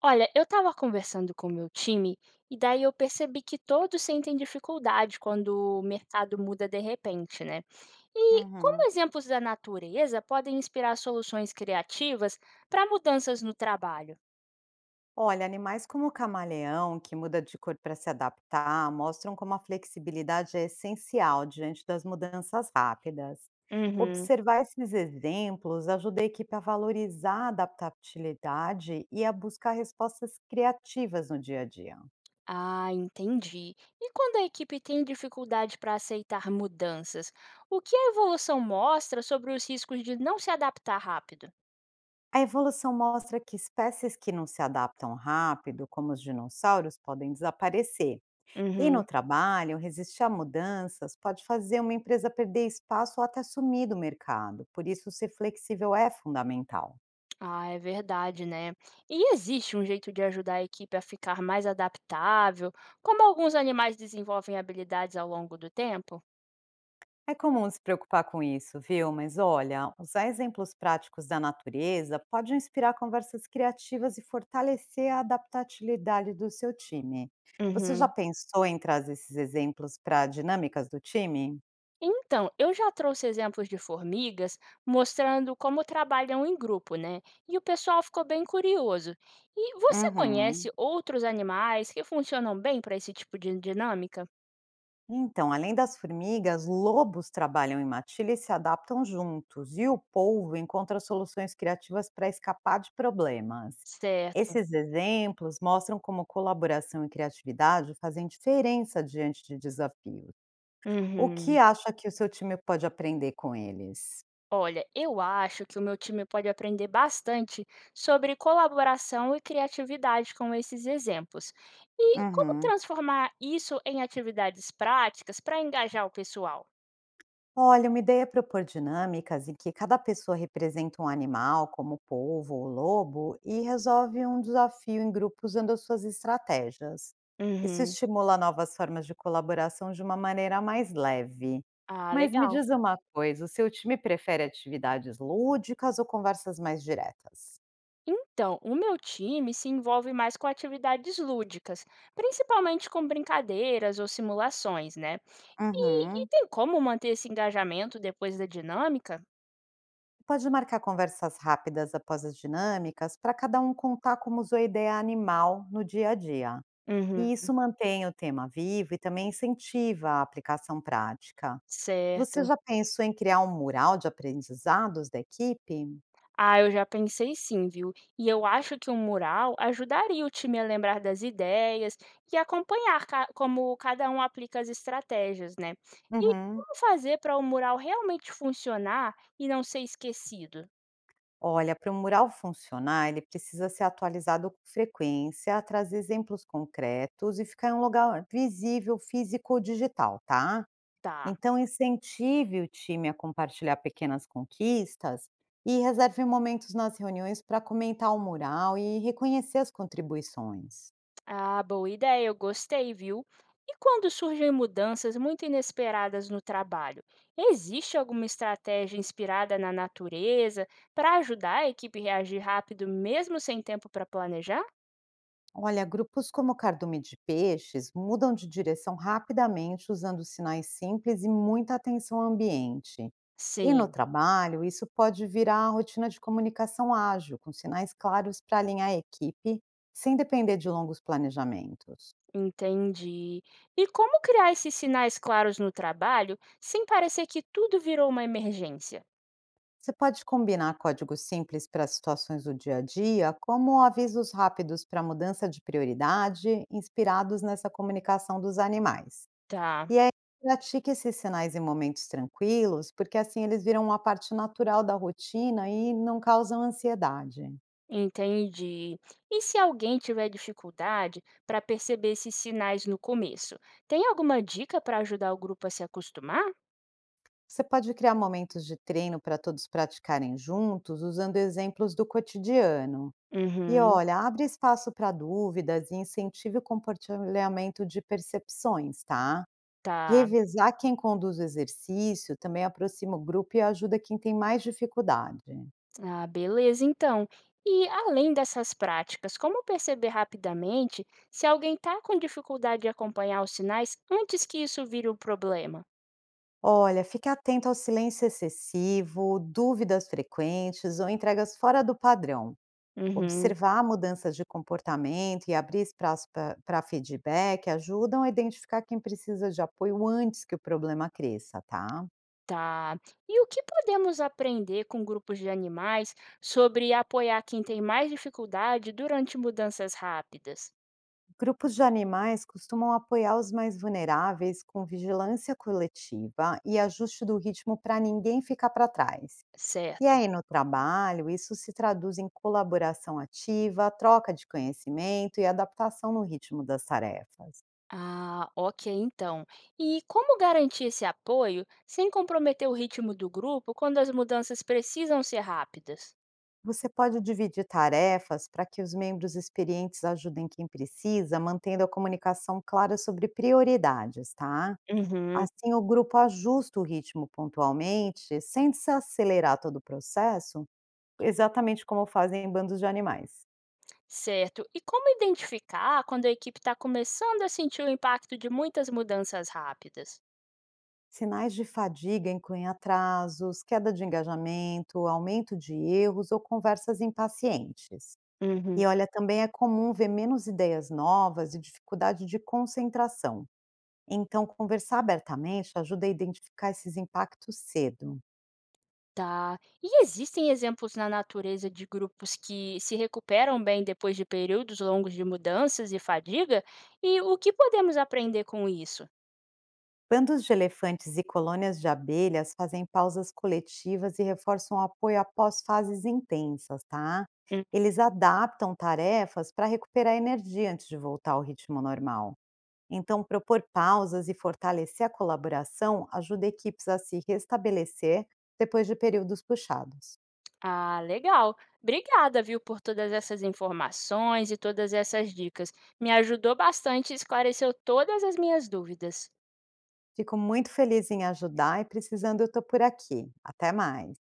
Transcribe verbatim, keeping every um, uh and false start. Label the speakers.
Speaker 1: Olha, eu estava conversando com o meu time e daí eu percebi que todos sentem dificuldade quando o mercado muda de repente, né? E como
Speaker 2: Uhum.
Speaker 1: exemplos da natureza podem inspirar soluções criativas para mudanças no trabalho?
Speaker 2: Olha, animais como o camaleão, que muda de cor para se adaptar, mostram como a flexibilidade é essencial diante das mudanças rápidas.
Speaker 1: Uhum.
Speaker 2: Observar esses exemplos ajuda a equipe a valorizar a adaptabilidade e a buscar respostas criativas no dia a dia.
Speaker 1: Ah, entendi. E quando a equipe tem dificuldade para aceitar mudanças, o que a evolução mostra sobre os riscos de não se adaptar rápido?
Speaker 2: A evolução mostra que espécies que não se adaptam rápido, como os dinossauros, podem desaparecer. E no
Speaker 1: Uhum.
Speaker 2: trabalho, resistir a mudanças pode fazer uma empresa perder espaço ou até sumir do mercado, por isso ser flexível é fundamental.
Speaker 1: Ah, é verdade, né? E existe um jeito de ajudar a equipe a ficar mais adaptável, como alguns animais desenvolvem habilidades ao longo do tempo?
Speaker 2: É comum se preocupar com isso, viu? Mas olha, usar exemplos práticos da natureza pode inspirar conversas criativas e fortalecer a adaptabilidade do seu time. Você já
Speaker 1: Uhum.
Speaker 2: pensou em trazer esses exemplos para dinâmicas do time?
Speaker 1: Então, eu já trouxe exemplos de formigas mostrando como trabalham em grupo, né? E o pessoal ficou bem curioso. E você
Speaker 2: Uhum.
Speaker 1: conhece outros animais que funcionam bem para esse tipo de dinâmica?
Speaker 2: Então, além das formigas, lobos trabalham em matilha e se adaptam juntos, e o polvo encontra soluções criativas para escapar de problemas.
Speaker 1: Certo.
Speaker 2: Esses exemplos mostram como colaboração e criatividade fazem diferença diante de desafios. O que
Speaker 1: Uhum.
Speaker 2: acha que o seu time pode aprender com eles?
Speaker 1: Olha, eu acho que o meu time pode aprender bastante sobre colaboração e criatividade com esses exemplos. E como
Speaker 2: Uhum.
Speaker 1: transformar isso em atividades práticas para engajar o pessoal?
Speaker 2: Olha, uma ideia é propor dinâmicas em que cada pessoa representa um animal, como o polvo ou o lobo, e resolve um desafio em grupo usando as suas estratégias. Isso
Speaker 1: Uhum.
Speaker 2: estimula novas formas de colaboração de uma maneira mais leve.
Speaker 1: Ah,
Speaker 2: Mas me
Speaker 1: legal.
Speaker 2: diz uma coisa, o seu time prefere atividades lúdicas ou conversas mais diretas?
Speaker 1: Então, o meu time se envolve mais com atividades lúdicas, principalmente com brincadeiras ou simulações, né? E, e
Speaker 2: Uhum.
Speaker 1: tem como manter esse engajamento depois da dinâmica?
Speaker 2: Pode marcar conversas rápidas após as dinâmicas para cada um contar como usou a ideia animal no dia a dia.
Speaker 1: Uhum.
Speaker 2: E isso mantém o tema vivo e também incentiva a aplicação prática. Você
Speaker 1: Certo.
Speaker 2: já pensou em criar um mural de aprendizados da equipe?
Speaker 1: Ah, eu já pensei sim, viu? E eu acho que um mural ajudaria o time a lembrar das ideias e acompanhar ca- como cada um aplica as estratégias, né? E
Speaker 2: Uhum.
Speaker 1: como fazer para o mural realmente funcionar e não ser esquecido?
Speaker 2: Olha, para o mural funcionar, ele precisa ser atualizado com frequência, trazer exemplos concretos e ficar em um lugar visível, físico ou digital, tá?
Speaker 1: Tá.
Speaker 2: Então, incentive o time a compartilhar pequenas conquistas e reserve momentos nas reuniões para comentar o mural e reconhecer as contribuições.
Speaker 1: Ah, boa ideia, eu gostei, viu? E quando surgem mudanças muito inesperadas no trabalho, existe alguma estratégia inspirada na natureza para ajudar a equipe a reagir rápido mesmo sem tempo para planejar?
Speaker 2: Olha, grupos como cardume de peixes mudam de direção rapidamente usando sinais simples e muita atenção ao ambiente. E no
Speaker 1: Sim.
Speaker 2: trabalho, isso pode virar a rotina de comunicação ágil, com sinais claros para alinhar a equipe, sem depender de longos planejamentos.
Speaker 1: Entendi. E como criar esses sinais claros no trabalho sem parecer que tudo virou uma emergência?
Speaker 2: Você pode combinar códigos simples para situações do dia a dia, como avisos rápidos para mudança de prioridade, inspirados nessa comunicação dos animais.
Speaker 1: Tá,
Speaker 2: E aí pratique esses sinais em momentos tranquilos, porque assim eles viram uma parte natural da rotina e não causam ansiedade.
Speaker 1: entendi. E se alguém tiver dificuldade para perceber esses sinais no começo, tem alguma dica para ajudar o grupo a se acostumar?
Speaker 2: Você pode criar momentos de treino para todos praticarem juntos, usando exemplos do cotidiano. E
Speaker 1: Uhum,
Speaker 2: olha, abre espaço para dúvidas e incentive o compartilhamento de percepções, tá?
Speaker 1: tá.
Speaker 2: Revisar quem conduz o exercício também aproxima o grupo e ajuda quem tem mais dificuldade.
Speaker 1: Ah, beleza, então. E além dessas práticas, como perceber rapidamente se alguém está com dificuldade de acompanhar os sinais antes que isso vire um problema?
Speaker 2: Olha, fique atento ao silêncio excessivo, dúvidas frequentes ou entregas fora do padrão.
Speaker 1: Uhum.
Speaker 2: Observar mudanças de comportamento e abrir espaço para feedback ajudam a identificar quem precisa de apoio antes que o problema cresça, tá?
Speaker 1: Tá. E o que podemos aprender com grupos de animais sobre apoiar quem tem mais dificuldade durante mudanças rápidas?
Speaker 2: Grupos de animais costumam apoiar os mais vulneráveis com vigilância coletiva e ajuste do ritmo para ninguém ficar para trás. E
Speaker 1: Certo.
Speaker 2: aí, no trabalho, isso se traduz em colaboração ativa, troca de conhecimento e adaptação no ritmo das tarefas.
Speaker 1: Ah, ok, então. E como garantir esse apoio sem comprometer o ritmo do grupo quando as mudanças precisam ser rápidas?
Speaker 2: Você pode dividir tarefas para que os membros experientes ajudem quem precisa, mantendo a comunicação clara sobre prioridades, tá?
Speaker 1: Uhum,
Speaker 2: Assim, o grupo ajusta o ritmo pontualmente, sem se acelerar todo o processo, exatamente como fazem bandos de animais.
Speaker 1: certo. E como identificar quando a equipe está começando a sentir o impacto de muitas mudanças rápidas?
Speaker 2: Sinais de fadiga incluem atrasos, queda de engajamento, aumento de erros ou conversas impacientes. E
Speaker 1: Uhum.
Speaker 2: olha, também é comum ver menos ideias novas e dificuldade de concentração. Então, conversar abertamente ajuda a identificar esses impactos cedo.
Speaker 1: Tá. E existem exemplos na natureza de grupos que se recuperam bem depois de períodos longos de mudanças e fadiga? E o que podemos aprender com isso?
Speaker 2: Bandos de elefantes e colônias de abelhas fazem pausas coletivas e reforçam o apoio após fases intensas, tá?
Speaker 1: Hum,
Speaker 2: Eles adaptam tarefas para recuperar energia antes de voltar ao ritmo normal. Então, propor pausas e fortalecer a colaboração ajuda equipes a se restabelecer depois de períodos puxados.
Speaker 1: Ah, legal. Obrigada, viu, por todas essas informações e todas essas dicas. Me ajudou bastante e esclareceu todas as minhas dúvidas.
Speaker 2: Fico muito feliz em ajudar e precisando, eu estou por aqui. Até mais.